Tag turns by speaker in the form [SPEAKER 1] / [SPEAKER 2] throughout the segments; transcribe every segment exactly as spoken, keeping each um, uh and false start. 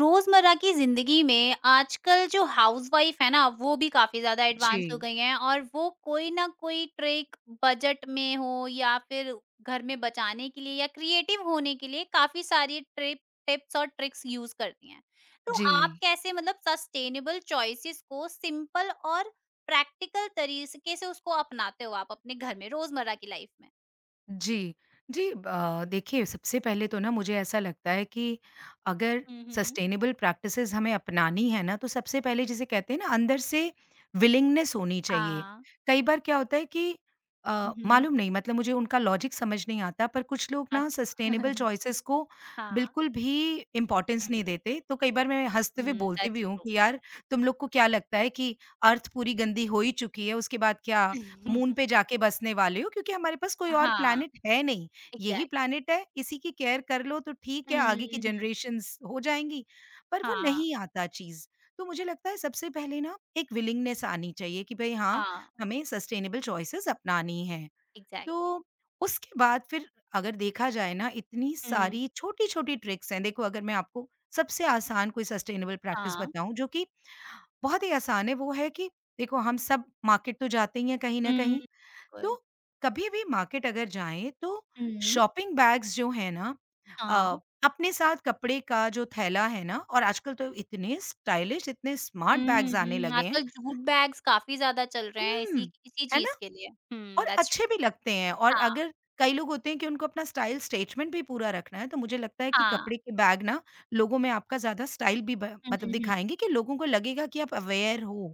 [SPEAKER 1] रोजमर्रा की जिंदगी में आजकल जो हाउसवाइफ है ना वो भी काफी ज्यादा एडवांस हो
[SPEAKER 2] जी,
[SPEAKER 1] गई हैं, और वो कोई ना कोई ट्रिक बजट में हो या फिर घर में बचाने के लिए या क्रिएटिव होने के लिए काफी सारी ट्रिप टिप्स और ट्रिक्स यूज करती हैं। तो आप
[SPEAKER 2] जी,
[SPEAKER 1] कैसे, मतलब, सस्टेनेबल चॉइसेस को सिंपल और प्रैक्टिकल तरीके से उसको अपनाते हो आप अपने घर में रोजमर्रा की लाइफ में?
[SPEAKER 2] जी। जी, अ, देखिए सबसे पहले तो ना मुझे ऐसा लगता है कि अगर
[SPEAKER 1] हम्म।
[SPEAKER 2] सस्टेनेबल प्रैक्टिसेज़ हमें अपनानी है ना, तो सबसे पहले जिसे कहते हैं ना अंदर से विलिंगनेस होनी चाहिए।
[SPEAKER 1] हाँ।
[SPEAKER 2] कई बार क्या होता है कि अ,
[SPEAKER 1] हम्म,
[SPEAKER 2] मालूम नहीं मतलब मुझे उनका लॉजिक समझ नहीं आता पर कुछ लोग ना
[SPEAKER 1] अच्छा।
[SPEAKER 2] सस्टेनेबल चॉइसेस को
[SPEAKER 1] हाँ।
[SPEAKER 2] बिल्कुल भी इम्पोर्टेंस नहीं देते। तो कई बार मैं हँसते हुए बोलती भी
[SPEAKER 1] दैट्स
[SPEAKER 2] हूँ
[SPEAKER 1] ट्रू।
[SPEAKER 2] कि यार तुम लोग को क्या लगता है कि अर्थ पूरी गंदी हो ही चुकी है, उसके बाद क्या मून पे जाके बसने वाले हो क्योंकि हमारे पास कोई और
[SPEAKER 1] हाँ,
[SPEAKER 2] प्लैनेट है नहीं। यही
[SPEAKER 1] एग्ज़ैक्टली।
[SPEAKER 2] प्लैनेट है, इसी की केयर कर लो तो ठीक है, आगे की
[SPEAKER 1] हुँ, हुँ।
[SPEAKER 2] जनरेशंस हो जाएँगी, पर वो
[SPEAKER 1] हाँ,
[SPEAKER 2] नहीं आता चीज़। तो मुझे लगता है सबसे पहले ना एक विलिंगनेस आनी चाहिए कि भई हाँ,
[SPEAKER 1] हाँ,
[SPEAKER 2] हमें सस्टेनेबल चॉइसेस अपनानी है।
[SPEAKER 1] एग्ज़ैक्टली।
[SPEAKER 2] तो उसके बाद फिर अगर देखा जाए ना इतनी
[SPEAKER 1] हुँ,
[SPEAKER 2] सारी छोटी-छोटी ट्रिक्स हैं। देखो अगर मैं आपको सबसे आसान कोई सस्टेनेबल प्रैक्टिस
[SPEAKER 1] हाँ।
[SPEAKER 2] बताऊँ जो कि बहुत ही आसान है, वो है कि देखो हम सब मार्केट तो जाते ही हैं कहीं न
[SPEAKER 1] हुँ,
[SPEAKER 2] कहीं। तो
[SPEAKER 1] बिल्कुल।
[SPEAKER 2] कभी भी मार्केट अगर जाएँ तो
[SPEAKER 1] हुँ,
[SPEAKER 2] शॉपिंग बैग्स जो हैं ना अ,
[SPEAKER 1] हाँ।
[SPEAKER 2] अपने साथ कपड़े का जो थैला है ना और आजकल तो इतने स्टाइलिश, इतने स्मार्ट
[SPEAKER 1] हुँ,
[SPEAKER 2] बैग्स आने
[SPEAKER 1] हुँ,
[SPEAKER 2] लगे हैं।
[SPEAKER 1] आजकल जूट बैग्स काफ़ी ज़्यादा चल रहे हैं
[SPEAKER 2] हुँ,
[SPEAKER 1] इसी इसी
[SPEAKER 2] है ना?
[SPEAKER 1] चीज़ के लिए। हुँ,
[SPEAKER 2] और
[SPEAKER 1] दैट्स
[SPEAKER 2] अच्छे भी
[SPEAKER 1] ट्रू।
[SPEAKER 2] लगते हैं और
[SPEAKER 1] हाँ,
[SPEAKER 2] अगर कई लोग होते हैं कि उनको अपना स्टाइल स्टेटमेंट भी पूरा रखना है, तो मुझे लगता है कि
[SPEAKER 1] हाँ।
[SPEAKER 2] कपड़े के बैग ना लोगों में आपका ज़्यादा स्टाइल भी ब
[SPEAKER 1] हुँ,
[SPEAKER 2] मतलब
[SPEAKER 1] हुँ,
[SPEAKER 2] दिखाएँगे कि लोगों को लगेगा कि आप अवेयर हो।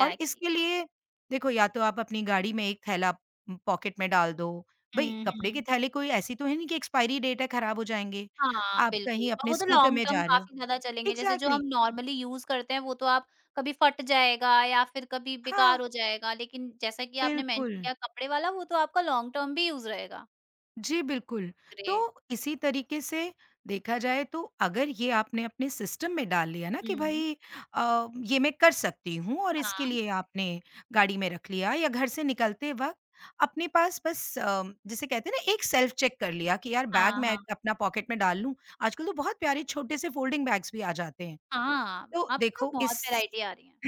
[SPEAKER 2] और इसके लिए देखो या तो आप अपनी गाड़ी में एक थैला उम, पॉकेट में डाल दो। भई
[SPEAKER 1] हुँ,
[SPEAKER 2] कपड़े के
[SPEAKER 1] हुँ।
[SPEAKER 2] थैले कोई ऐसी तो है नहीं कि एक्सपायरी डेट है खराब हो जाएँगे।
[SPEAKER 1] हाँ,
[SPEAKER 2] आप
[SPEAKER 1] बिल्कुल,
[SPEAKER 2] कहीं
[SPEAKER 1] और
[SPEAKER 2] अपने
[SPEAKER 1] वो तो
[SPEAKER 2] स्कूटर
[SPEAKER 1] लॉन्ग
[SPEAKER 2] में
[SPEAKER 1] टर्म
[SPEAKER 2] जा रहे हो
[SPEAKER 1] काफ़ी ज़्यादा चलेंगे, जैसे जो हम
[SPEAKER 2] एग्ज़ैक्टली
[SPEAKER 1] नॉर्मली यूज़ करते हैं वो तो आप कभी फट जाएगा या फिर कभी
[SPEAKER 2] हाँ,
[SPEAKER 1] बेकार हो जाएगा, लेकिन जैसा कि आपने
[SPEAKER 2] बिल्कुल।
[SPEAKER 1] मेंशन किया, कपड़े वाला वो तो आपका लॉन्ग टर्म भी यूज़ रहेगा।
[SPEAKER 2] जी, बिल्कुल। तो
[SPEAKER 1] ग्रेट।
[SPEAKER 2] इसी तरीके से देखा जाए तो अगर ये आपने अपने सिस्टम में डाल लिया ना कि
[SPEAKER 1] हुँ।
[SPEAKER 2] भई अ, ये मैं कर सकती हूँ और इसके
[SPEAKER 1] हाँ,
[SPEAKER 2] लिए आपने गाड़ी में रख लिया या घर से निकलते वक़्त अपने पास बस अ, जिसे कहते हैं ना एक सेल्फ चेक कर लिया कि यार बैग
[SPEAKER 1] हाँ।
[SPEAKER 2] मैं
[SPEAKER 1] हाँ,
[SPEAKER 2] अपना पॉकेट में डाल लूँ। आजकल तो बहुत प्यारे छोटे से फ़ोल्डिंग बैग्स भी आ जाते हैं।
[SPEAKER 1] हाँ,
[SPEAKER 2] तो
[SPEAKER 1] अब तो
[SPEAKER 2] देखो
[SPEAKER 1] बहुत
[SPEAKER 2] इस
[SPEAKER 1] वैराइटी आ रही है।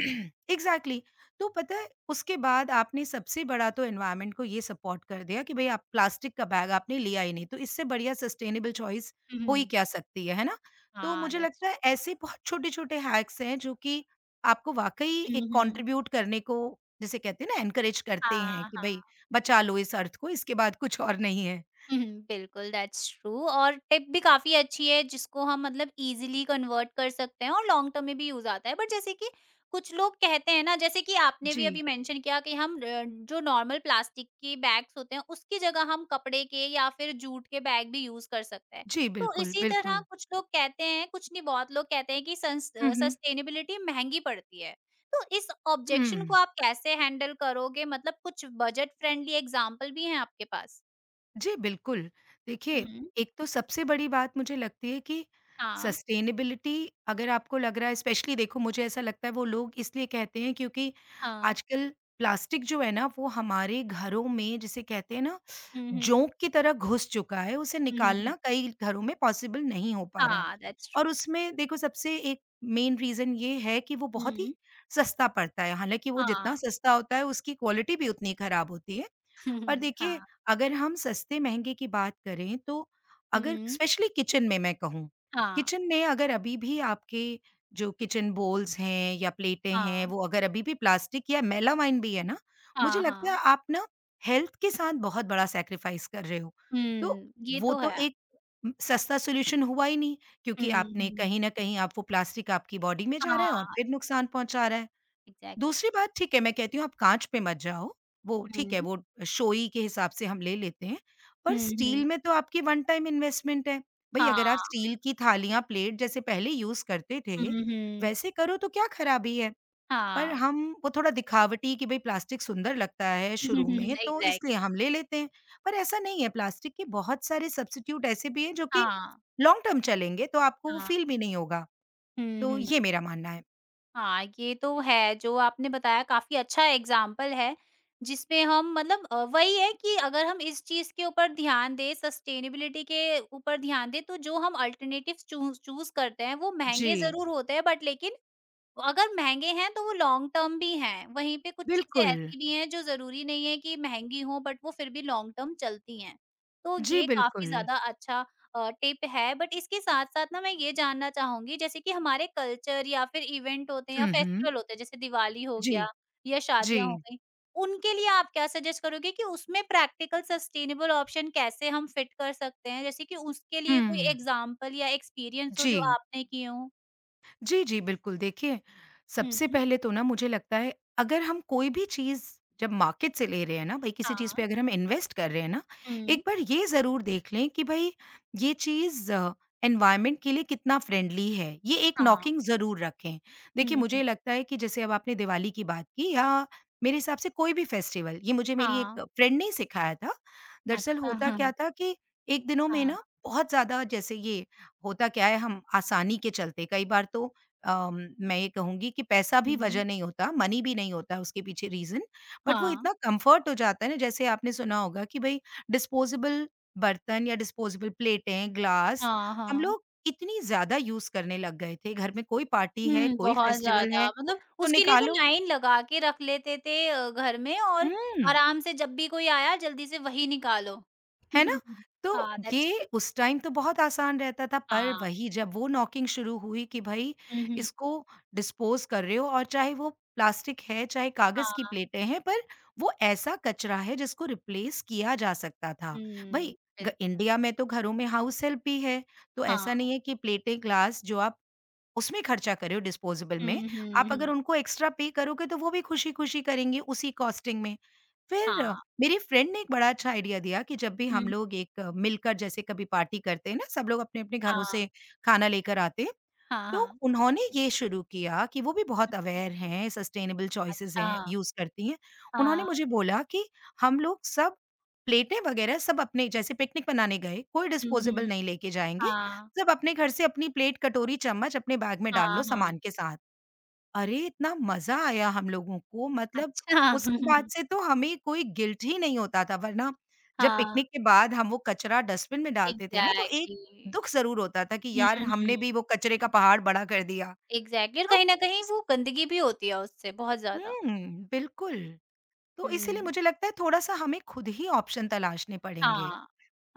[SPEAKER 2] एग्ज़ैक्टली तो पता है उसके बाद आपने सबसे बड़ा तो एनवायरनमेंट को ये सपोर्ट कर दिया कि भई आप प्लास्टिक का बैग आपने लिया ही नहीं, तो इससे बढ़िया सस्टेनेबल चॉइस
[SPEAKER 1] हुँ,
[SPEAKER 2] हो ही
[SPEAKER 1] हुँ।
[SPEAKER 2] क्या सकती है, है ना? तो
[SPEAKER 1] हाँ,
[SPEAKER 2] मुझे
[SPEAKER 1] दैट्स
[SPEAKER 2] लगता है
[SPEAKER 1] ट्रू।
[SPEAKER 2] ऐसे बहुत छोटे-छोटे हैक्स हैं जो कि आपको वाक़ई
[SPEAKER 1] हुँ,
[SPEAKER 2] एक
[SPEAKER 1] हुँ।
[SPEAKER 2] कंट्रीब्यूट करने को जिसे कहते हैं ना एनकरेज करते
[SPEAKER 1] हाँ,
[SPEAKER 2] हैं कि भई
[SPEAKER 1] हाँ।
[SPEAKER 2] बचा लो इस अर्थ को इसके बाद कुछ और नहीं है।
[SPEAKER 1] हुँ, हुँ, बिल्कुल दैट्स ट्रू, और टिप भी काफ़ी अच्छी है जिसको हम, मतलब, इज़िली कन्वर्ट कर सकते हैं और लॉन्ग टर्म में भी यूज़ आता है। बट जैसे कि कुछ लोग कहते हैं ना, जैसे कि आपने भी
[SPEAKER 2] जी।
[SPEAKER 1] अभी मेंशन किया कि हम र जो नॉर्मल प्लास्टिक के बैग्स होते हैं उसकी जगह हम कपड़े के या फिर जूट के बैग भी यूज़ कर सकते हैं।
[SPEAKER 2] जी,
[SPEAKER 1] तो
[SPEAKER 2] बिल्कुल,
[SPEAKER 1] इसी तरह
[SPEAKER 2] बिल्कुल।
[SPEAKER 1] कुछ लोग कहते हैं, कुछ नहीं बहुत लोग कहते हैं कि संस
[SPEAKER 2] हुँ,
[SPEAKER 1] अ,
[SPEAKER 2] हुँ।
[SPEAKER 1] सस्टेनेबिलिटी महँगी पड़ती है। तो इस ऑब्जेक्शन को
[SPEAKER 2] हुँ।
[SPEAKER 1] आप कैसे हैंडल करोगे? मतलब कुछ बजट फ्रेंडली एग्ज़ाम्पल भी हैं आपके पास?
[SPEAKER 2] जी, बिल्कुल। देखिए,
[SPEAKER 1] हुँ।
[SPEAKER 2] एक तो सबसे बड़ी बात मुझे लगती है कि
[SPEAKER 1] हाँ,
[SPEAKER 2] सस्टेनेबिलिटी अगर आपको लग रहा है स्पेशली देखो मुझे ऐसा लगता है वो लोग इसलिए कहते हैं क्योंकि
[SPEAKER 1] हाँ।
[SPEAKER 2] आजकल प्लास्टिक जो है ना वो हमारे घरों में जिसे कहते हैं ना
[SPEAKER 1] हुँ, हुँ।
[SPEAKER 2] जोंक की तरह घुस चुका है, उसे
[SPEAKER 1] हुँ, हुँ,
[SPEAKER 2] निकालना
[SPEAKER 1] हुँ।
[SPEAKER 2] कई घरों में पॉसिबल नहीं हो पा रहा।
[SPEAKER 1] हाँ, दैट्स ट्रू।
[SPEAKER 2] और उसमें देखो सबसे एक मेन रीज़न ये है कि वो बहुत ही
[SPEAKER 1] हुँ,
[SPEAKER 2] सस्ता पड़ता है, हालाँकि वो जितना
[SPEAKER 1] हाँ।
[SPEAKER 2] सस्ता होता है उसकी क्वालिटी भी उतनी खराब होती है। पर देखिए,
[SPEAKER 1] हाँ।
[SPEAKER 2] अगर हम सस्ते-महँगे की बात करें तो अगर
[SPEAKER 1] हुँ,
[SPEAKER 2] स्पेशली किचन में मैं कहूँ,
[SPEAKER 1] हाँ,
[SPEAKER 2] किचन में अगर अभी भी आपके जो किचन बोल्स हैं या प्लेटें हैं,
[SPEAKER 1] हाँ,
[SPEAKER 2] वो अगर अभी भी प्लास्टिक या मेलामाइन भी है ना, मुझे
[SPEAKER 1] हाँ,
[SPEAKER 2] लगता है
[SPEAKER 1] हाँ।
[SPEAKER 2] आप ना हेल्थ के साथ बहुत बड़ा सैक्रिफ़ाइस कर रहे हो। तो
[SPEAKER 1] हुँ, ये
[SPEAKER 2] वो
[SPEAKER 1] तो
[SPEAKER 2] तो
[SPEAKER 1] है।
[SPEAKER 2] एक उम, सस्ता सॉल्यूशन हुआ ही नहीं क्योंकि
[SPEAKER 1] हुँ,
[SPEAKER 2] आपने
[SPEAKER 1] हुँ।
[SPEAKER 2] कहीं न कहीं आप वो प्लास्टिक आपकी बॉडी में जा रहा है और
[SPEAKER 1] हाँ,
[SPEAKER 2] फिर नुकसान पहुँचा रहा है।
[SPEAKER 1] एग्ज़ैक्ट
[SPEAKER 2] दूसरी बात ठीक है, मैं कहती हूँ आप काँच पे मत जाओ, वो ठीक है
[SPEAKER 1] हुँ,
[SPEAKER 2] वो शोई के हिसाब से हम ले लेते हैं, पर
[SPEAKER 1] हुँ,
[SPEAKER 2] स्टील
[SPEAKER 1] हुँ।
[SPEAKER 2] में तो आपकी वन टाइम इन्वेस्टमेंट है। भई
[SPEAKER 1] हाँ।
[SPEAKER 2] अगर आप स्टील की थालियाँ, प्लेट जैसे पहले यूज़ करते थे,
[SPEAKER 1] हुँ, हुँ।
[SPEAKER 2] वैसे करो तो क्या खराबी है? पर
[SPEAKER 1] हाँ।
[SPEAKER 2] हम वो थोड़ा दिखावटी कि भई प्लास्टिक सुंदर लगता है शुरू में तो
[SPEAKER 1] एग्ज़ैक्ट
[SPEAKER 2] इसलिए हम ले लेते हैं, पर ऐसा नहीं है प्लास्टिक के बहुत सारे सब्स्टिट्यूट ऐसे भी हैं जो कि
[SPEAKER 1] हाँ,
[SPEAKER 2] लॉन्ग टर्म चलेंगे तो आपको वो
[SPEAKER 1] हाँ।
[SPEAKER 2] फ़ील भी नहीं होगा,
[SPEAKER 1] हुँ,
[SPEAKER 2] तो ये
[SPEAKER 1] हुँ।
[SPEAKER 2] मेरा मानना है।
[SPEAKER 1] हाँ, ये तो है जो आपने बताया, काफ़ी अच्छा एग्ज़ाम्पल है, जिसमें हम, मतलब, अ, वही है कि अगर हम इस चीज़ के ऊपर ध्यान दें, सस्टेनेबिलिटी के ऊपर ध्यान दें, तो जो हम अल्टरनेटिव्स चूज़ चूज़ करते हैं, वो महँगे
[SPEAKER 2] जी,
[SPEAKER 1] ज़रूर होते हैं, बट लेकिन अगर महँगे हैं तो वो लॉन्ग टर्म भी हैं, वहीं पे कुछ चीज़ें
[SPEAKER 2] बिल्कुल।
[SPEAKER 1] ऐसी भी हैं जो ज़रूरी नहीं है कि महँगी हों, बट वो फिर भी लॉन्ग टर्म चलती हैं। तो
[SPEAKER 2] जी,
[SPEAKER 1] ये काफ़ी
[SPEAKER 2] बिल्कुल।
[SPEAKER 1] ज़्यादा अच्छा अ, टिप है, बट इसके साथ-साथ ना मैं ये जानना चाहूँगी, जैसे कि हमारे कल्चर या फिर इवेंट होते हैं या
[SPEAKER 2] हुँ, हुँ।
[SPEAKER 1] फेस्टिवल होते हैं जैसे दिवाली हो
[SPEAKER 2] जी,
[SPEAKER 1] गया या
[SPEAKER 2] जी।
[SPEAKER 1] शादियाँ हो गईं, उनके लिए आप क्या सजेस्ट करोगे कि उसमें प्रैक्टिकल सस्टेनेबल ऑप्शन कैसे हम फिट कर सकते हैं? जैसे कि उसके लिए कोई
[SPEAKER 2] हुँ,
[SPEAKER 1] एग्ज़ाम्पल या एक्सपीरियंस हो
[SPEAKER 2] जी।
[SPEAKER 1] जो आपने किए हों?
[SPEAKER 2] जी, जी, बिल्कुल। देखिए,
[SPEAKER 1] हुँ,
[SPEAKER 2] सबसे
[SPEAKER 1] हुँ।
[SPEAKER 2] पहले तो ना मुझे लगता है अगर हम कोई भी चीज़ जब मार्केट से ले रहे हैं ना, भई किसी चीज़ पे
[SPEAKER 1] हाँ।
[SPEAKER 2] अगर हम इन्वेस्ट कर रहे हैं ना,
[SPEAKER 1] हुँ।
[SPEAKER 2] एक बार ये ज़रूर देख लें कि भई ये चीज़ एनवायरनमेंट के लिए कितना फ्रेंडली है। ये एक
[SPEAKER 1] हाँ।
[SPEAKER 2] नॉकिंग ज़रूर रखें। देखिए,
[SPEAKER 1] हुँ, हुँ।
[SPEAKER 2] मुझे लगता है कि जैसे अब आपने दिवाली की बात की या मेरे हिसाब से कोई भी फेस्टिवल, ये मुझे मेरी एक
[SPEAKER 1] हाँ।
[SPEAKER 2] फ्रेंड ने ही सिखाया था। दरअसल
[SPEAKER 1] अच्छा
[SPEAKER 2] होता
[SPEAKER 1] हाँ,
[SPEAKER 2] क्या था कि एक दिनों में
[SPEAKER 1] हाँ।
[SPEAKER 2] ना बहुत ज़्यादा जैसे ये होता क्या है हम आसानी के चलते कई बार तो अम, मैं ये कहूँगी कि पैसा भी
[SPEAKER 1] हुँ।
[SPEAKER 2] वजह नहीं होता, मनी भी नहीं होता उसके पीछे रीज़न, बट वो
[SPEAKER 1] हाँ।
[SPEAKER 2] इतना कम्फ़र्ट हो जाता है ना, जैसे आपने सुना होगा कि भई डिस्पोज़ेबल बर्तन या डिस्पोज़ेबल प्लेटें, ग्लास,
[SPEAKER 1] हाँ,
[SPEAKER 2] हम
[SPEAKER 1] हाँ।
[SPEAKER 2] लोग इतनी ज़्यादा यूज़ करने लग गए थे। घर में कोई पार्टी है,
[SPEAKER 1] हुँ,
[SPEAKER 2] कोई
[SPEAKER 1] बहुत
[SPEAKER 2] फेस्टिवल है,
[SPEAKER 1] ज़्यादा, मतलब
[SPEAKER 2] तो
[SPEAKER 1] उसके लिए तो
[SPEAKER 2] निकालो
[SPEAKER 1] लाइन लगा के रख लेते थे अ, घर में, और
[SPEAKER 2] हुँ।
[SPEAKER 1] आराम से जब भी कोई आया जल्दी से वही निकालो।
[SPEAKER 2] है ना? तो
[SPEAKER 1] हाँ, दैट्स
[SPEAKER 2] ये
[SPEAKER 1] ट्रू।
[SPEAKER 2] उस टाइम तो बहुत आसान रहता था पर
[SPEAKER 1] हाँ।
[SPEAKER 2] वही जब वो नॉकिंग शुरू हुई कि भई
[SPEAKER 1] हुँ, हुँ।
[SPEAKER 2] इसको डिस्पोज़ कर रहे हो और चाहे वो प्लास्टिक है, चाहे कागज़ की
[SPEAKER 1] हाँ।
[SPEAKER 2] प्लेटें हैं पर वो ऐसा कचरा है जिसको रिप्लेस किया जा सकता था।
[SPEAKER 1] हुँ,
[SPEAKER 2] भई ग
[SPEAKER 1] बिल
[SPEAKER 2] इंडिया में तो घरों में हाउस हेल्प भी है, तो
[SPEAKER 1] हाँ।
[SPEAKER 2] ऐसा नहीं है कि प्लेटें, ग्लास जो आप उसमें खर्चा कर रहे हो डिस्पोज़ेबल
[SPEAKER 1] हुँ,
[SPEAKER 2] में,
[SPEAKER 1] हुँ,
[SPEAKER 2] आप अगर
[SPEAKER 1] हुँ।
[SPEAKER 2] उनको एक्स्ट्रा पे करोगे तो वो भी खुशी-खुशी करेंगे उसी कॉस्टिंग में। फिर
[SPEAKER 1] हाँ।
[SPEAKER 2] मेरी फ्रेंड ने एक बड़ा अच्छा आइडिया दिया कि जब भी हम
[SPEAKER 1] हुँ,
[SPEAKER 2] लोग एक अ, मिलकर जैसे कभी पार्टी करते हैं ना, सब लोग अपने-अपने घरों
[SPEAKER 1] हाँ,
[SPEAKER 2] से खाना लेकर आते हैं,
[SPEAKER 1] हाँ,
[SPEAKER 2] तो
[SPEAKER 1] हाँ।
[SPEAKER 2] उन्होंने ये शुरू किया कि वो भी
[SPEAKER 1] हुँ,
[SPEAKER 2] बहुत अवेयर हैं, सस्टेनेबल चॉइसेस
[SPEAKER 1] अच्छा।
[SPEAKER 2] हैं, यूज़ करती हैं। उन्होंने
[SPEAKER 1] हाँ।
[SPEAKER 2] मुझे बोला कि हम लोग सब प्लेटें वगैरह सब अपने जैसे पिकनिक मनाने गए, कोई
[SPEAKER 1] हुँ,
[SPEAKER 2] डिस्पोजेबल
[SPEAKER 1] हुँ।
[SPEAKER 2] नहीं लेके जाएँगे।
[SPEAKER 1] हाँ।
[SPEAKER 2] सब अपने घर से अपनी प्लेट, कटोरी, चम्मच अपने बैग में डाल
[SPEAKER 1] हाँ,
[SPEAKER 2] लो
[SPEAKER 1] हाँ।
[SPEAKER 2] सामान के साथ। अरे! इतना मज़ा आया हम लोगों को मतलब
[SPEAKER 1] अच्छा।
[SPEAKER 2] उसके बाद से तो हमें कोई गिल्ट ही नहीं होता था वरना जब
[SPEAKER 1] हाँ।
[SPEAKER 2] पिकनिक के बाद हम वो कचरा डस्टबिन में डालते थे ना तो एक
[SPEAKER 1] एग्ज़ैक्टली।
[SPEAKER 2] दुःख ज़रूर होता था कि
[SPEAKER 1] हुँ,
[SPEAKER 2] यार
[SPEAKER 1] हुँ।
[SPEAKER 2] हमने भी वो कचरे का पहाड़ बड़ा कर दिया।
[SPEAKER 1] एग्ज़ैक्टली, और
[SPEAKER 2] तो
[SPEAKER 1] कहीं न कहीं
[SPEAKER 2] इस
[SPEAKER 1] वो गंदगी भी होती है उससे बहुत ज़्यादा।
[SPEAKER 2] हुँ, बिल्कुल। तो इसीलिए
[SPEAKER 1] हुँ।
[SPEAKER 2] मुझे लगता है थोड़ा-सा हमें खुद ही ऑप्शन तलाशने पड़ेंगे।
[SPEAKER 1] हाँ,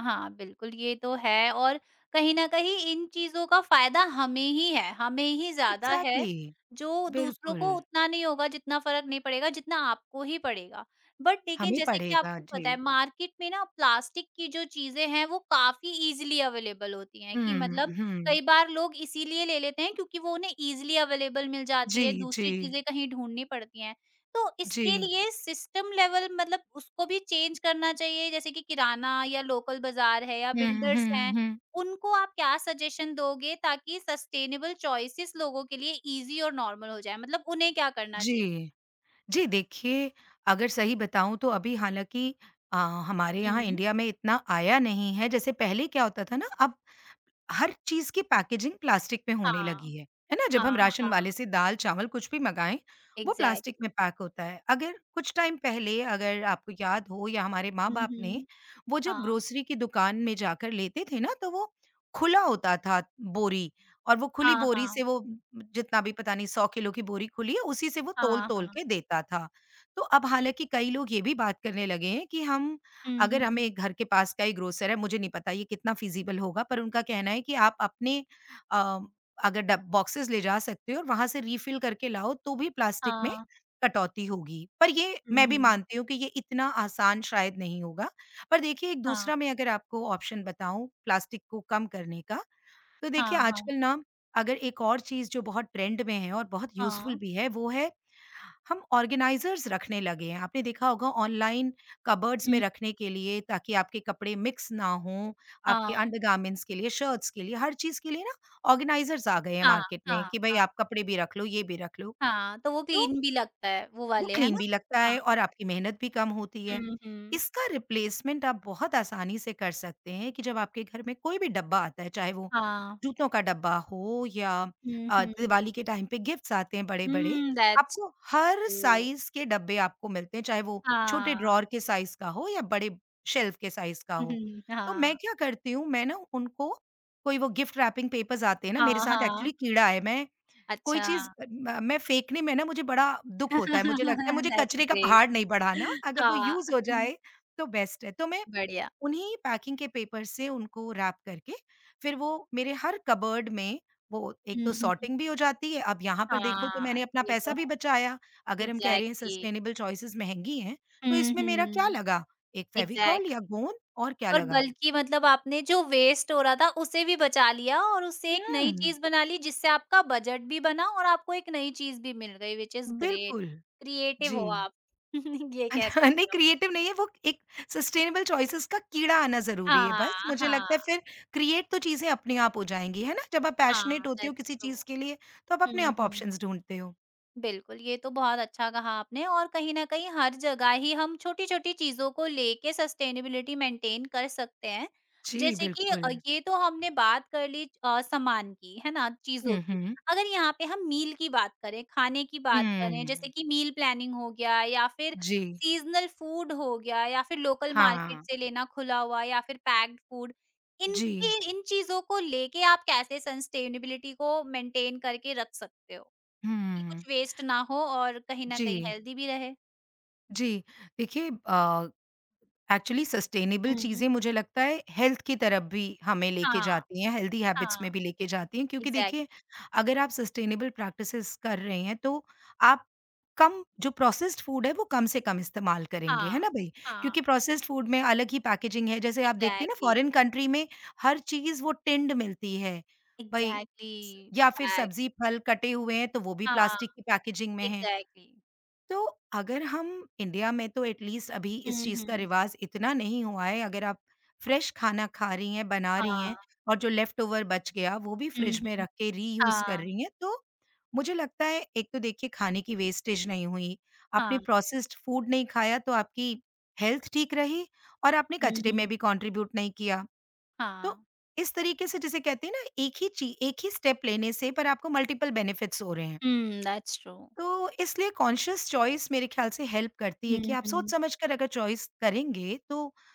[SPEAKER 1] हाँ, बिल्कुल, ये तो है और कहीं न कहीं इन चीज़ों का फ़ायदा हमें ही है, हमें ही ज़्यादा
[SPEAKER 2] एग्ज़ैक्टली,
[SPEAKER 1] है, जो दूसरों
[SPEAKER 2] बिल्कुल।
[SPEAKER 1] को उतना नहीं होगा, जितना फ़र्क नहीं पड़ेगा जितना आपको ही पड़ेगा। बट लेकिन
[SPEAKER 2] हमें
[SPEAKER 1] जैसे कि
[SPEAKER 2] पड़ेगा,
[SPEAKER 1] आपको
[SPEAKER 2] जी।
[SPEAKER 1] पता है, मार्केट में ना प्लास्टिक की जो चीज़ें हैं वो काफ़ी ईज़िली अवेलेबल होती हैं, कि
[SPEAKER 2] हुँ,
[SPEAKER 1] मतलब
[SPEAKER 2] हुँ।
[SPEAKER 1] कई बार लोग इसीलिए ले लेते हैं क्योंकि वो उन्हें ईज़िली अवेलेबल मिल जाती
[SPEAKER 2] जी,
[SPEAKER 1] है,
[SPEAKER 2] जी,
[SPEAKER 1] दूसरी चीज़ें कहीं ढूँढनी पड़ती हैं। तो इसके
[SPEAKER 2] जी।
[SPEAKER 1] लिए सिस्टम लेवल, मतलब उसको भी चेंज करना चाहिए, जैसे कि किराना या लोकल बाजार है या
[SPEAKER 2] हुँ,
[SPEAKER 1] बिल्डर्स
[SPEAKER 2] हुँ,
[SPEAKER 1] हैं,
[SPEAKER 2] हुँ।
[SPEAKER 1] उनको आप क्या सजेशन दोगे ताकि सस्टेनेबल चॉइसेस लोगों के लिए ईज़ी और नॉर्मल हो जाए? मतलब उन्हें क्या करना चाहिए?
[SPEAKER 2] जी। जी, देखिए, अगर सही बताऊँ तो अभी हालाँकि अ, हमारे यहाँ
[SPEAKER 1] हुँ।
[SPEAKER 2] इंडिया में इतना आया नहीं है, जैसे पहले क्या होता था ना अब हर चीज़ की पैकेजिंग प्लास्टिक में होने
[SPEAKER 1] हाँ,
[SPEAKER 2] लगी है, है ना?
[SPEAKER 1] हाँ,
[SPEAKER 2] जब हम राशन वाले
[SPEAKER 1] हाँ,
[SPEAKER 2] से दाल-चावल कुछ भी मँगाएँ, वो प्लास्टिक
[SPEAKER 1] एग्ज़ैक्टली।
[SPEAKER 2] में पैक होता है। अगर कुछ टाइम पहले अगर आपको याद हो या हमारे
[SPEAKER 1] हुँ,
[SPEAKER 2] माँ-बाप ने,
[SPEAKER 1] हुँ।
[SPEAKER 2] वो जब
[SPEAKER 1] हाँ,
[SPEAKER 2] ग्रोसरी की दुकान में जाकर लेते थे ना, तो वो खुला होता था बोरी और वो खुली
[SPEAKER 1] हाँ,
[SPEAKER 2] बोरी
[SPEAKER 1] हाँ,
[SPEAKER 2] से वो जितना भी पता नहीं सौ किलो की बोरी खुली है, उसी से वो
[SPEAKER 1] हाँ,
[SPEAKER 2] तोल-तोल
[SPEAKER 1] हाँ।
[SPEAKER 2] के देता था। तो अब हालाँकि कई लोग ये भी बात करने लगे हैं कि हम
[SPEAKER 1] हुँ,
[SPEAKER 2] अगर
[SPEAKER 1] हुँ।
[SPEAKER 2] हमें घर के पास का ही ग्रोसर है, मुझे नहीं पता ये कितना फ़ीज़िबल होगा पर उनका कहना है कि आप अपने अ, अगर डब बॉक्सेज़ ले जा सकते हो और वहाँ से रिफ़िल करके लाओ तो भी प्लास्टिक में
[SPEAKER 1] हाँ।
[SPEAKER 2] कटौती होगी। पर ये
[SPEAKER 1] हुँ,
[SPEAKER 2] मैं भी
[SPEAKER 1] हुँ।
[SPEAKER 2] मानती हूँ कि ये इतना आसान शायद नहीं होगा। पर देखिए एक
[SPEAKER 1] हाँ,
[SPEAKER 2] दूसरा मैं अगर आपको ऑप्शन बताऊँ प्लास्टिक को कम करने का तो देखिए
[SPEAKER 1] हाँ, हाँ,
[SPEAKER 2] आजकल ना अगर एक और चीज़ जो बहुत ट्रेंड में है और बहुत
[SPEAKER 1] हाँ।
[SPEAKER 2] यूज़फुल भी है वो है हम ऑर्गेनाइजर्स रखने लगे हैं। आपने देखा होगा ऑनलाइन कबर्ड्स में
[SPEAKER 1] हुँ।
[SPEAKER 2] रखने के लिए ताकि आपके कपड़े मिक्स ना हों, आपके
[SPEAKER 1] हाँ,
[SPEAKER 2] अंडरगारमेंट्स के लिए, शर्ट्स के लिए, हर चीज़ के लिए ना ऑर्गेनाइजर्स आ गए हैं
[SPEAKER 1] हाँ,
[SPEAKER 2] मार्केट में
[SPEAKER 1] हाँ,
[SPEAKER 2] कि भई
[SPEAKER 1] हाँ।
[SPEAKER 2] आप कपड़े भी रख लो, ये भी रख लो।
[SPEAKER 1] हाँ, तो वो
[SPEAKER 2] तो
[SPEAKER 1] क्लीन भी लगता है, वो
[SPEAKER 2] वो
[SPEAKER 1] वाले, है
[SPEAKER 2] क्लीन
[SPEAKER 1] ना?
[SPEAKER 2] भी लगता
[SPEAKER 1] हाँ।
[SPEAKER 2] है और आपकी मेहनत भी कम होती है।
[SPEAKER 1] हुँ, हुँ।
[SPEAKER 2] इसका रिप्लेसमेंट आप बहुत आसानी से कर सकते हैं कि जब आपके घर में कोई भी डब्बा आता है, चाहे वो
[SPEAKER 1] हाँ।
[SPEAKER 2] जूतों का डब्बा हो या
[SPEAKER 1] हुँ,
[SPEAKER 2] अ,
[SPEAKER 1] हुँ।
[SPEAKER 2] दिवाली के टाइम पे गिफ्ट्स आते हैं बड़े-बड़े,
[SPEAKER 1] हुँ, दैट्स
[SPEAKER 2] आपको हर
[SPEAKER 1] ट्रू।
[SPEAKER 2] साइज़ के डब्बे आपको मिलते हैं, चाहे वो छोटे
[SPEAKER 1] हाँ।
[SPEAKER 2] ड्रॉवर के साइज़ का हो या बड़े शेल्फ के साइज़ का
[SPEAKER 1] हुँ,
[SPEAKER 2] हो।
[SPEAKER 1] हुँ,
[SPEAKER 2] तो मैं
[SPEAKER 1] हाँ।
[SPEAKER 2] क्या करती हूँ, मैं ना उनको कोई वो गिफ्ट रैपिंग पेपर्स आते हैं ना,
[SPEAKER 1] हाँ,
[SPEAKER 2] मेरे साथ
[SPEAKER 1] हाँ।
[SPEAKER 2] एक्चुअली कीड़ा है, मैं कोई
[SPEAKER 1] अच्छा।
[SPEAKER 2] चीज़ अ, म मैं फेंकने में ना मुझे बड़ा दुःख होता है, मुझे लगता है मुझे
[SPEAKER 1] दैट्स
[SPEAKER 2] कचरे का
[SPEAKER 1] ग्रेट।
[SPEAKER 2] पहाड़ नहीं बढ़ाना, अगर वो
[SPEAKER 1] हाँ।
[SPEAKER 2] यूज़ हो
[SPEAKER 1] हम्म,
[SPEAKER 2] जाए तो बेस्ट है। तो मैं
[SPEAKER 1] बढ़िया।
[SPEAKER 2] उन्हीं पैकिंग के पेपर से उनको रैप करके फिर वो मेरे हर कबर्ड में वो एक
[SPEAKER 1] हुँ,
[SPEAKER 2] तो
[SPEAKER 1] हुँ।
[SPEAKER 2] सॉर्टिंग भी हो जाती है, अब यहाँ पर देखो तो
[SPEAKER 1] हाँ,
[SPEAKER 2] मैंने अपना
[SPEAKER 1] ये
[SPEAKER 2] पैसा
[SPEAKER 1] तो
[SPEAKER 2] भी
[SPEAKER 1] है।
[SPEAKER 2] बचाया, अगर हम कह रहे हैं
[SPEAKER 1] एग्ज़ैक्टली।
[SPEAKER 2] सस्टेनेबल चॉइसेस महँगी हैं, तो
[SPEAKER 1] हुँ,
[SPEAKER 2] इसमें मेरा क्या
[SPEAKER 1] हुँ।
[SPEAKER 2] लगा? एक
[SPEAKER 1] एग्ज़ैक्ट
[SPEAKER 2] फेविकॉल या गोंद और क्या
[SPEAKER 1] और
[SPEAKER 2] लगा?
[SPEAKER 1] बल्कि, मतलब, आपने जो वेस्ट हो रहा था उसे भी बचा लिया और उससे एक नई
[SPEAKER 2] हुँ,
[SPEAKER 1] चीज़ बना ली, जिससे आपका बजट भी बना और आपको एक नई चीज़ भी मिल गई, व्हिच इज़ ग्रेट।
[SPEAKER 2] बिल्कुल।
[SPEAKER 1] क्रिएटिव
[SPEAKER 2] जी।
[SPEAKER 1] हो आप। ये कह
[SPEAKER 2] नहीं
[SPEAKER 1] सकते हो।
[SPEAKER 2] क्रिएटिव नहीं है, वो एक सस्टेनेबल चॉइसेस का कीड़ा आना ज़रूरी है
[SPEAKER 1] हाँ,
[SPEAKER 2] बस। मुझे
[SPEAKER 1] हाँ,
[SPEAKER 2] लगता है फिर क्रिएट तो चीज़ें अपने आप हो जाएँगी, है ना? जब आप पैशनेट
[SPEAKER 1] हाँ,
[SPEAKER 2] होते हो
[SPEAKER 1] दैट्स
[SPEAKER 2] किसी
[SPEAKER 1] ट्रू।
[SPEAKER 2] चीज़ के लिए तो आप अपने
[SPEAKER 1] हुँ,
[SPEAKER 2] आप
[SPEAKER 1] हुँ।
[SPEAKER 2] ऑप्शंस ढूँढते हो।
[SPEAKER 1] बिल्कुल, ये तो बहुत अच्छा कहा आपने, और कहीं न कहीं हर जगह ही हम छोटी-छोटी चीज़ों को लेके सस्टेनेबिलिटी मेंटेन कर सकते हैं।
[SPEAKER 2] जी,
[SPEAKER 1] जैसे कि
[SPEAKER 2] बिल्कुल।
[SPEAKER 1] अ, ये तो हमने बात कर ली, अ, सामान की, है ना? चीज़ों
[SPEAKER 2] हुँ,
[SPEAKER 1] की।
[SPEAKER 2] हुँ।
[SPEAKER 1] अगर यहाँ पे हम मील की बात करें, खाने की बात करें, जैसे
[SPEAKER 2] हुँ।
[SPEAKER 1] कि मील प्लानिंग हो गया या फिर
[SPEAKER 2] जी।
[SPEAKER 1] सीज़नल फूड हो गया या फिर लोकल मार्केट
[SPEAKER 2] हाँ।
[SPEAKER 1] से लेना खुला हुआ या फिर पैक्ड फूड।
[SPEAKER 2] जी।
[SPEAKER 1] इनके इन चीज़ों को लेके आप कैसे सस्टेनेबिलिटी को मेंटेन करके रख सकते हो? कि
[SPEAKER 2] हुँ।
[SPEAKER 1] कुछ वेस्ट ना हो और कहीं न
[SPEAKER 2] जी,
[SPEAKER 1] कहीं हेल्दी भी रहे।
[SPEAKER 2] जी। देखिए, अ एक्चुअली सस्टेनेबल
[SPEAKER 1] हुँ।
[SPEAKER 2] चीज़ें मुझे लगता है हेल्थ की तरफ भी हमें लेके
[SPEAKER 1] हाँ,
[SPEAKER 2] जाती हैं, हेल्दी हैबिट्स
[SPEAKER 1] हाँ,
[SPEAKER 2] में भी लेके जाती हैं, क्योंकि
[SPEAKER 1] एग्ज़ैक्ट
[SPEAKER 2] देखिए अगर आप सस्टेनेबल प्रैक्टिसेज़ कर रहे हैं तो आप कम, जो प्रोसेस्ड फूड है वो कम से कम इस्तेमाल करेंगे, है
[SPEAKER 1] हाँ,
[SPEAKER 2] ना भई?
[SPEAKER 1] हाँ,
[SPEAKER 2] क्योंकि प्रोसेस्ड फूड में अलग ही पैकेजिंग है, जैसे आप देखते हैं ना
[SPEAKER 1] एग्ज़ैक्टली,
[SPEAKER 2] फॉरेन कंट्री में हर चीज़ वो टिन्ड मिलती है। भई
[SPEAKER 1] एग्ज़ैक्टली,
[SPEAKER 2] स या फिर
[SPEAKER 1] बैग,
[SPEAKER 2] सब्ज़ी, फल कटे हुए हैं तो वो भी
[SPEAKER 1] हाँ,
[SPEAKER 2] प्लास्टिक की पैकेजिंग में है।
[SPEAKER 1] एग्ज़ैक्टली।
[SPEAKER 2] तो अगर हम, इंडिया में तो एटलीस्ट अभी इस
[SPEAKER 1] हुँ,
[SPEAKER 2] चीज़ का
[SPEAKER 1] हुँ।
[SPEAKER 2] रिवाज इतना नहीं हुआ है, अगर आप फ्रेश खाना खा रही हैं, बना रही
[SPEAKER 1] हाँ,
[SPEAKER 2] हैं और जो लेफ्ट ओवर बच गया वो भी
[SPEAKER 1] हुँ,
[SPEAKER 2] फ्रिज में
[SPEAKER 1] हुँ,
[SPEAKER 2] रख के रीयूज़ कर
[SPEAKER 1] हाँ,
[SPEAKER 2] रही हैं, तो मुझे लगता है एक तो देखिए खाने की वेस्टेज नहीं हुई, आपने
[SPEAKER 1] हाँ,
[SPEAKER 2] प्रोसेस्ड फूड नहीं खाया तो आपकी हेल्थ ठीक रही और आपने
[SPEAKER 1] हुँ,
[SPEAKER 2] कचरे में
[SPEAKER 1] हुँ।
[SPEAKER 2] भी कंट्रीब्यूट नहीं किया। तो
[SPEAKER 1] हाँ,
[SPEAKER 2] इस तरीके से, जिसे कहते हैं ना, एक ही ची एक ही स्टेप लेने से पर आपको मल्टीपल बेनिफिट्स हो रहे हैं।
[SPEAKER 1] Hmm, that's true.
[SPEAKER 2] तो इसलिए कॉन्शियस चॉइस मेरे ख्याल से हेल्प करती है
[SPEAKER 1] हुँ,
[SPEAKER 2] कि आप
[SPEAKER 1] हुँ।
[SPEAKER 2] सोच-समझकर अगर चॉइस करेंगे, तो आई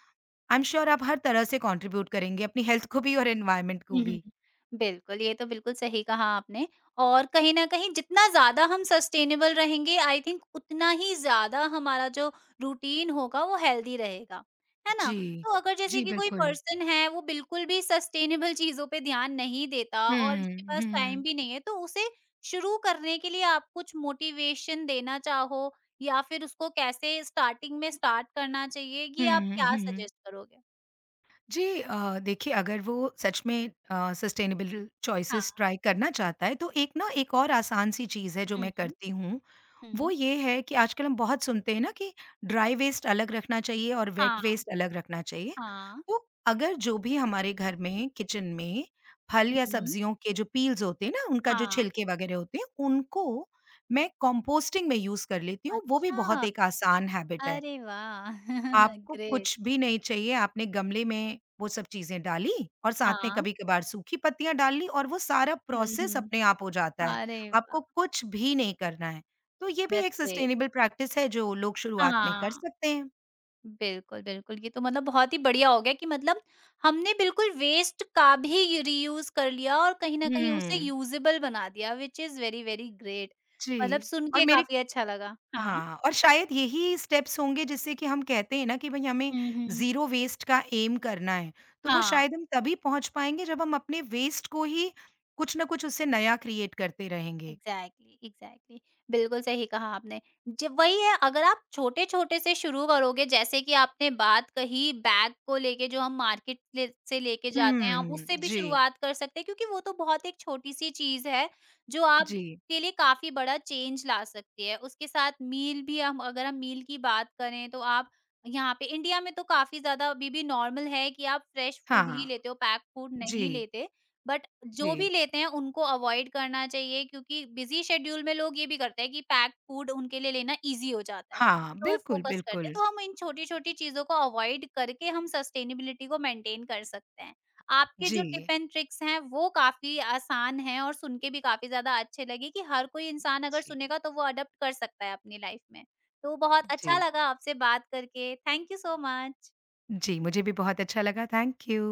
[SPEAKER 2] एम श्योर आप हर तरह से कंट्रीब्यूट करेंगे अपनी हेल्थ को भी और एनवायरनमेंट को
[SPEAKER 1] हुँ, हुँ,
[SPEAKER 2] भी।
[SPEAKER 1] हुँ। बिल्कुल, ये तो बिल्कुल सही कहा आपने, और कहीं न कहीं जितना ज़्यादा हम सस्टेनेबल रहेंगे, आई थिंक, उतना ही ज़्यादा हमारा जो रूटीन होगा वो हेल्दी रहेगा, है ना?
[SPEAKER 2] जी।
[SPEAKER 1] तो अगर जैसे
[SPEAKER 2] जी,
[SPEAKER 1] कि कोई
[SPEAKER 2] बिल्कुल।
[SPEAKER 1] पर्सन है, वो बिल्कुल भी सस्टेनेबल चीज़ों पे ध्यान नहीं देता और
[SPEAKER 2] हुँ,
[SPEAKER 1] उसके पास टाइम
[SPEAKER 2] हुँ।
[SPEAKER 1] भी नहीं है, तो उसे शुरू करने के लिए आप कुछ मोटिवेशन देना चाहो या फिर उसको कैसे स्टार्टिंग में स्टार्ट करना चाहिए, ये आप
[SPEAKER 2] हुँ,
[SPEAKER 1] क्या
[SPEAKER 2] हुँ।
[SPEAKER 1] सजेस्ट करोगे?
[SPEAKER 2] जी, अ, देखिए अगर वो सच में अ, सस्टेनेबल चॉइसेस
[SPEAKER 1] हाँ।
[SPEAKER 2] ट्राई करना चाहता है, तो एक ना, एक और आसान सी चीज़ है जो मैं
[SPEAKER 1] हुँ, हुँ।
[SPEAKER 2] करती हूँ। वो
[SPEAKER 1] हुँ।
[SPEAKER 2] ये है कि आजकल हम बहुत सुनते हैं ना कि ड्राई वेस्ट अलग रखना चाहिए और वेट
[SPEAKER 1] हाँ,
[SPEAKER 2] वेस्ट अलग रखना चाहिए।
[SPEAKER 1] हाँ।
[SPEAKER 2] तो अगर जो भी हमारे घर में किचन में फल या
[SPEAKER 1] हुँ।
[SPEAKER 2] सब्जियों के जो पील्स होते हैं ना, उनका जो
[SPEAKER 1] हाँ,
[SPEAKER 2] छिलके वगैरह होते हैं, उनको मैं कंपोस्टिंग में यूज़ कर लेती हूँ, वो भी बहुत
[SPEAKER 1] अच्छा!
[SPEAKER 2] एक आसान हैबिट है।
[SPEAKER 1] अरे वाह!
[SPEAKER 2] आपको
[SPEAKER 1] ग्रेट।
[SPEAKER 2] कुछ भी नहीं चाहिए, आपने गमले में वो सब चीज़ें डाली और साथ में
[SPEAKER 1] हाँ।
[SPEAKER 2] कभी-कभार सूखी पत्तियाँ डाल ली और वो सारा
[SPEAKER 1] हुँ,
[SPEAKER 2] प्रोसेस
[SPEAKER 1] हुँ।
[SPEAKER 2] अपने आप हो जाता है।
[SPEAKER 1] अरे वाह!
[SPEAKER 2] आपको कुछ भी नहीं करना है। तो ये भी एक
[SPEAKER 1] दैट्स ग्रेट।
[SPEAKER 2] सस्टेनेबल प्रैक्टिस है जो लोग शुरुआत में
[SPEAKER 1] हाँ,
[SPEAKER 2] कर सकते हैं।
[SPEAKER 1] बिल्कुल, बिल्कुल। ये तो, मतलब, बहुत ही बढ़िया हो गया कि, मतलब, हमने बिल्कुल वेस्ट का भी रीयूज़ कर लिया और कहीं न कहीं उसे
[SPEAKER 2] हुँ,
[SPEAKER 1] यूज़ेबल बना दिया, which is very, very great. मतलब
[SPEAKER 2] जी।
[SPEAKER 1] सुन
[SPEAKER 2] और
[SPEAKER 1] के
[SPEAKER 2] मेरे
[SPEAKER 1] काफ़ी अच्छा लगा। हाँ।
[SPEAKER 2] हाँ, और शायद यही स्टेप्स होंगे जिससे कि हम कहते हैं ना कि भई हमें
[SPEAKER 1] हुँ, हुँ।
[SPEAKER 2] ज़ीरो वेस्ट का एम करना है। तो वो
[SPEAKER 1] हाँ।
[SPEAKER 2] शायद हम तभी पहुँच पाएँगे जब हम अपने वेस्ट को ही कुछ न कुछ, उससे नया क्रिएट करते रहेंगे।
[SPEAKER 1] एग्जैक्टली, एग्जैक्टली, बिल्कुल सही कहा आपने। जब वही है, अगर आप छोटे छोटे से शुरू करोगे, जैसे कि आपने बात कही बैग को लेके, जो हम मार्केट ले, से लेके जाते हैं, आप
[SPEAKER 2] हुँ,
[SPEAKER 1] उससे भी
[SPEAKER 2] जी,
[SPEAKER 1] शुरुआत कर सकते हैं क्योंकि वो तो बहुत एक छोटी सी चीज है जो आप
[SPEAKER 2] जी।
[SPEAKER 1] के लिए काफी बड़ा चेंज ला सकती है, उसके साथ मील भी हम अगर हम मील की बात करें तो आप यहाँ पे इंडिया में तो काफी ज्यादा अभी भी नॉर्मल है कि आप फ्रेश फूड ही
[SPEAKER 2] हाँ,
[SPEAKER 1] लेते हो, पैक फूड नहीं
[SPEAKER 2] जी,
[SPEAKER 1] लेते, बट
[SPEAKER 2] जी।
[SPEAKER 1] जो भी लेते हैं उनको अवॉइड करना चाहिए क्योंकि बिज़ी शेड्यूल में लोग ये भी करते हैं कि पैक्ड फूड उनके लिए लेना ईज़ी हो जाता है,
[SPEAKER 2] हाँ,
[SPEAKER 1] तो
[SPEAKER 2] बिल्कुल,
[SPEAKER 1] फ़ोकस करते हैं।
[SPEAKER 2] बिल्कुल।
[SPEAKER 1] तो हम इन छोटी-छोटी चीज़ों को अवॉइड करके हम सस्टेनेबिलिटी को मेंटेन कर सकते हैं। आपके जो टिप
[SPEAKER 2] जी,
[SPEAKER 1] एंड ट्रिक्स हैं वो काफ़ी आसान हैं और सुन के भी काफ़ी ज़्यादा अच्छे लगे कि हर कोई इंसान अगर
[SPEAKER 2] जी,
[SPEAKER 1] सुनेगा तो वो अडॉप्ट कर सकता है अपनी लाइफ़ में। तो बहुत
[SPEAKER 2] जी।
[SPEAKER 1] अच्छा लगा आपसे बात करके। Thank you so much.
[SPEAKER 2] जी, मुझे भी बहुत अच्छा लगा, थैंक यू।